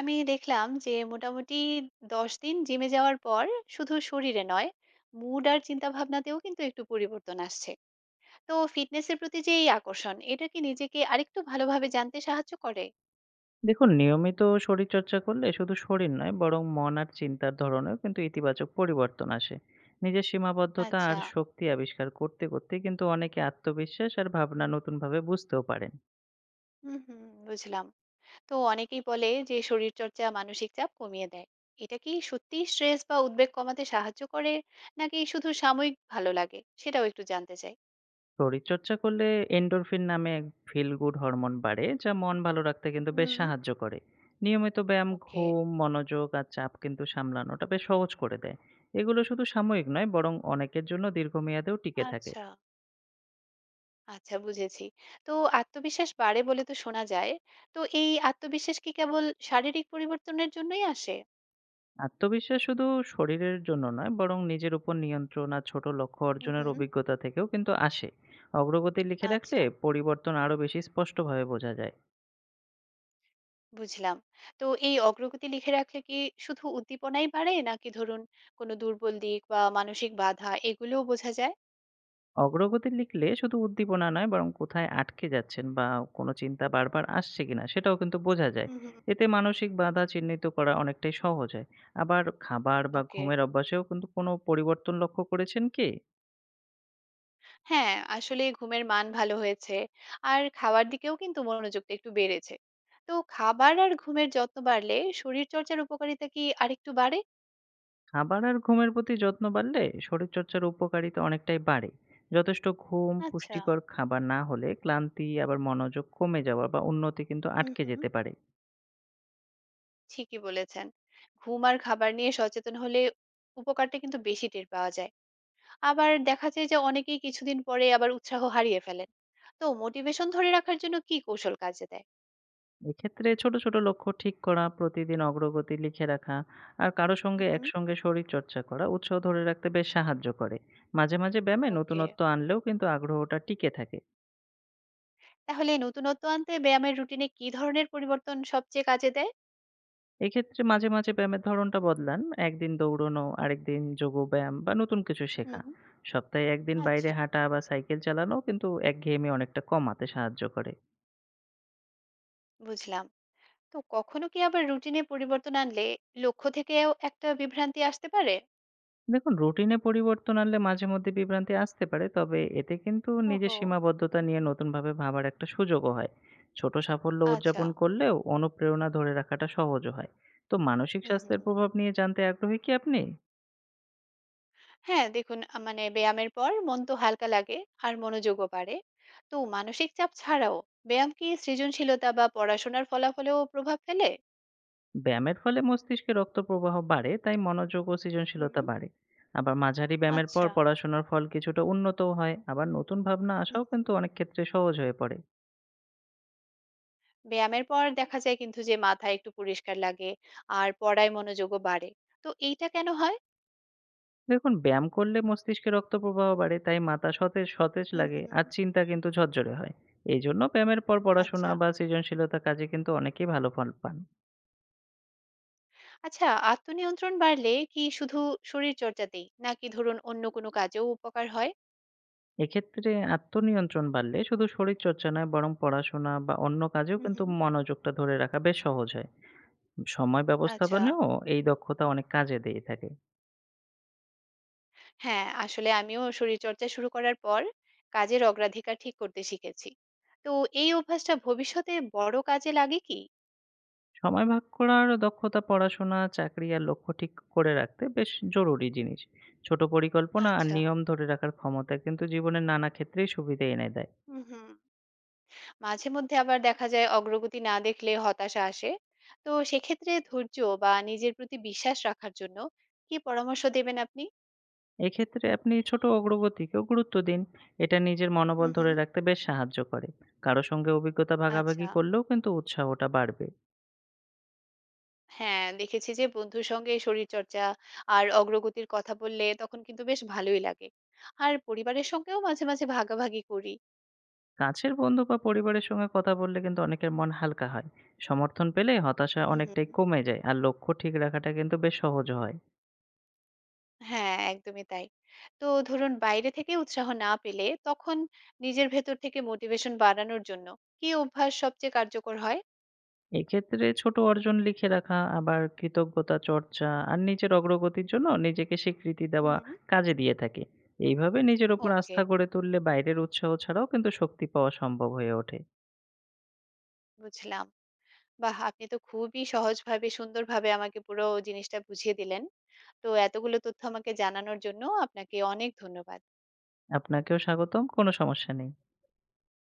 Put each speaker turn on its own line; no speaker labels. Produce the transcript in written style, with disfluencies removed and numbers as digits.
আমি দেখলাম যে মোটামুটি ১০ দিন জিমে যাওয়ার পর শুধু শরীরে নয়, মুড আর চিন্তাভাবনাতেও কিন্তু একটু পরিবর্তন আসছে। তো ফিটনেসের প্রতি যে এই আকর্ষণ, এটা কি নিজেকে আরেকটু ভালোভাবে জানতে সাহায্য করে?
দেখুন, নিয়মিত শরীরচর্চা করলে শুধু শরীর নয় বরং মন আর চিন্তার ধরনেও কিন্তু ইতিবাচক পরিবর্তন আসে। নিজের সীমাবদ্ধতা
আচ্ছা,
আর শক্তি আবিষ্কার করতে করতে কিন্তু অনেকে আত্মবিশ্বাস আর ভাবনা নতুনভাবে বুঝতেও পারেন।
হুম, হুম, বুঝলাম। তো অনেকেই বলে যে শরীরচর্চা মানসিক চাপ কমিয়ে দেয়। এটা কি সত্যিই স্ট্রেস বা উদ্বেগ কমাতে সাহায্য করে? নাকি শুধু সাময়িক ভালো লাগে? সেটাও একটু জানতে চাই।
শরীরচর্চা করলে এন্ডোরফিন নামে এক ফিল গুড হরমোন বাড়ে যা মন ভালো রাখতে কিন্তু বেশ
হুম,
সাহায্য করে। নিয়মিত ব্যায়াম
ওকে,
ঘুম মনোযোগ আর চাপ কিন্তু সামলানোটা বেশ সহজ করে দেয়। এগুলো শুধু সাময়িক নয় বরং অনেকের জন্য দীর্ঘমেয়াদেও টিকে থাকে।
আচ্ছা। আচ্ছা বুঝেছি। তো আত্মবিশ্বাস বাড়ে বলে তো শোনা যায়। তো এই আত্মবিশ্বাস কি কেবল শারীরিক পরিবর্তনের জন্যই আসে?
আত্মবিশ্বাস শুধু শরীরের জন্য নয় বরং নিজের উপর নিয়ন্ত্রণ আর ছোট লক্ষ্য
হুম
অর্জনের
হুম
অভিজ্ঞতা থেকেও কিন্তু আসে। অগ্রগতি লিখে রাখলে
আচ্ছা,
পরিবর্তন আরো বেশি স্পষ্টভাবে বোঝা যায়।
বুঝলাম। তো এই অগ্রগতি লিখে রাখলে কি শুধু উদ্দীপনাই বাড়ে নাকি ধরুন কোনো দুর্বল দিক বা মানসিক বাধা এগুলোও বোঝা যায়?
অগ্রগতি লিখলে শুধু উদ্দীপনা নয় বরং কোথায় আটকে যাচ্ছেন বা কোনো চিন্তা বারবার আসছে কিনা সেটাও কিন্তু বোঝা যায়।
হুম হুম,
এতে মানসিক বাধা চিহ্নিত করা অনেকটাই সহজ হয়। আবার খাবার বা
ওকে,
ঘুমের অভ্যাসেও কিন্তু কোনো পরিবর্তন লক্ষ্য করেছেন কি?
হ্যাঁ আসলে ঘুমের মান ভালো হয়েছে আর খাওয়ার দিকেও কিন্তু মনোযোগটা একটু বেড়েছে। তো খাবার আর ঘুমের যত্ন বাড়লে শরীর চর্চার উপকারিতা কি আরেকটু বাড়ে?
খাবার আর ঘুমের প্রতি যত্ন বাড়লে শরীরচর্চার উপকারিতা অনেকটাই বাড়ে। যথেষ্ট ঘুম
আচ্ছা,
পুষ্টিকর খাবার না হলে ক্লান্তি আবার মনোযোগ কমে যাওয়া বা উন্নতি কিন্তু
হুম
আটকে
হুম,
যেতে পারে।
ঠিকই বলেছেন। ঘুম আর খাবার নিয়ে সচেতন হলে উপকারটা কিন্তু বেশি টের পাওয়া যায়। আবার দেখা যায় যে অনেকেই কিছুদিন পরে আবার উৎসাহ হারিয়ে ফেলেন। তো মোটিভেশন ধরে রাখার জন্য কি কৌশল কাজে দেয়?
এক্ষেত্রে ছোট ছোট লক্ষ্য ঠিক করা, প্রতিদিন অগ্রগতি লিখে রাখা আর কারো
হুম
সঙ্গে
হুম।
একসঙ্গে শরীরচর্চা করা উৎসাহ ধরে রাখতে বেশ সাহায্য করে। মাঝে মাঝে ব্যায়ামে
ওকে।
নতুনত্ব আনলেও কিন্তু আগ্রহটা টিকে থাকে।
তাহলে নতুনত্ব আনতে ব্যায়ামের রুটিনে কি ধরনের পরিবর্তন সবচেয়ে কাজে দেয়?
এক্ষেত্রে মাঝে, মাঝে ব্যায়ামের ধরনটা বদলান। একদিন দৌড়ানো, আরেকদিন যোগব্যায়াম বা নতুন কিছু
হুম।
শেখা। সপ্তাহে ১ দিন বাইরে
আচ্ছা,
হাঁটা বা সাইকেল চালানো কিন্তু একঘেয়েমি অনেকটা কমাতে সাহায্য করে।
বুঝলাম। তো কখনো কি আবার রুটিনে পরিবর্তন আনলে লক্ষ্য থেকেও একটা বিভ্রান্তি আসতে পারে?
দেখুন, রুটিনে পরিবর্তন আনলে মাঝে মধ্যে বিভ্রান্তি আসতে পারে, তবে এতে কিন্তু নিজের
ওহো!
সীমাবদ্ধতা নিয়ে নতুনভাবে ভাবার একটা সুযোগও হয়। ছোট সাফল্য
আচ্ছা।
উদযাপন করলেও অনুপ্রেরণা ধরে রাখাটা সহজও হয়। তো মানসিক
হুম,
স্বাস্থ্যের
হুম।
প্রভাব নিয়ে জানতে আগ্রহী কি আপনি?
হ্যাঁ, দেখুন মানে ব্যায়ামের পর মন তো হালকা লাগে আর মনোযোগও বাড়ে। তো মানসিক চাপ ছাড়াও ব্যায়াম কি সৃজনশীলতা বা পড়াশোনার ফলাফলেও প্রভাব ফেলে?
ব্যায়ামের ফলে মস্তিষ্কে রক্ত প্রবাহ বাড়ে, তাই মনোযোগ ও
হুম।
সৃজনশীলতা বাড়ে। আবার মাঝারি ব্যায়ামের পর
আচ্ছা।
পড়াশোনার ফল কিছুটা উন্নতও হয়, আবার নতুন ভাবনা
হুম,
আসাও
হুম।
কিন্তু অনেক ক্ষেত্রে সহজ হয়ে পড়ে।
ব্যায়ামের পর দেখা যায় কিন্তু যে মাথা একটু পরিষ্কার লাগে আর পড়ায় মনোযোগও বাড়ে। তো এইটা কেন হয়?
দেখুন, ব্যায়াম করলে মস্তিষ্কে রক্ত প্রবাহ বাড়ে, তাই মাথা সতেজ সতেজ
হুম,
লাগে
হুম।
আর চিন্তা কিন্তু ঝরঝরে হয়। এই জন্য ব্যায়ামের পর পড়াশোনা
আচ্ছা।
বা সৃজনশীলতা কাজে কিন্তু অনেকেই ভালো ফল পান।
আচ্ছা, আত্মনিয়ন্ত্রণ বাড়লে কি শুধু শরীরচর্চাতেই নাকি ধরুন অন্য কোনো কাজেও উপকার হয়?
এক্ষেত্রে আত্মনিয়ন্ত্রণ বাড়লে শুধু শরীরচর্চা নয় বরং পড়াশোনা বা অন্য কাজেও
হুম,
কিন্তু
হুম।
মনোযোগটা ধরে রাখা বেশ সহজ হয়। সময়
আচ্ছা।
ব্যবস্থাপনেও এই দক্ষতা অনেক কাজে দিয়ে থাকে।
হ্যাঁ, আসলে আমিও শরীরচর্চা শুরু করার পর কাজের অগ্রাধিকার ঠিক করতে শিখেছি। তো এই অভ্যাসটা ভবিষ্যতে বড় কাজে লাগে কি?
সময় ভাগ করার দক্ষতা পড়াশোনা চাকরি আর লক্ষ্য ঠিক করে রাখতে বেশ জরুরি জিনিস। ছোট পরিকল্পনা আর
আচ্ছা,
নিয়ম ধরে রাখার ক্ষমতা কিন্তু জীবনের নানা ক্ষেত্রেই সুবিধা এনে দেয়।
হুম হুম, মাঝে মধ্যে আবার দেখা যায় অগ্রগতি না দেখলে হতাশা আসে। তো সেক্ষেত্রে ধৈর্য বা নিজের প্রতি বিশ্বাস রাখার জন্য কি পরামর্শ দেবেন আপনি?
এক্ষেত্রে আপনি ছোট অগ্রগতিকেও গুরুত্ব দিন। এটা নিজের মনোবল
হুম
ধরে
হুম,
রাখতে বেশ সাহায্য করে। কারো সঙ্গে অভিজ্ঞতা ভাগাভাগি
আচ্ছা,
করলেও কিন্তু উৎসাহটা বাড়বে।
হ্যাঁ দেখেছি যে বন্ধুর সঙ্গে শরীরচর্চা আর অগ্রগতির কথা বললে তখন কিন্তু বেশ ভালোই লাগে। আর পরিবারের সঙ্গেও মাঝে মাঝে ভাগাভাগি করি।
কাছের বন্ধু বা পরিবারের সঙ্গে কথা বললে কিন্তু অনেকের মন হালকা হয়। সমর্থন পেলে হতাশা
হুম হুম,
অনেকটাই কমে যায়। আর লক্ষ্য ঠিক রাখাটা কিন্তু বেশ সহজ হয়।
হ্যাঁ, একদমই তাই। তো ধরুন বাইরে থেকে উৎসাহ না পেলে তখন নিজের ভেতর থেকে মোটিভেশন বাড়ানোর জন্য কি অভ্যাস সবচেয়ে কার্যকর হয়?
এক্ষেত্রে ছোট অর্জন লিখে রাখা, আবার কৃতজ্ঞতা চর্চা আর নিজের অগ্রগতির জন্য নিজেকে স্বীকৃতি দেওয়া
হুম,
কাজে দিয়ে থাকে। এইভাবে নিজের উপর
ওকে,
আস্থা গড়ে তুললে বাইরের উৎসাহ ছাড়াও কিন্তু শক্তি পাওয়া সম্ভব হয়ে ওঠে।
বুঝলাম। বাহ! আপনি তো খুবই সহজভাবে সুন্দরভাবে আমাকে পুরো জিনিসটা বুঝিয়ে দিলেন। তো এতগুলো তথ্য আমাকে জানানোর জন্য আপনাকে অনেক ধন্যবাদ।
আপনাকেও স্বাগতম। কোনো সমস্যা নেই।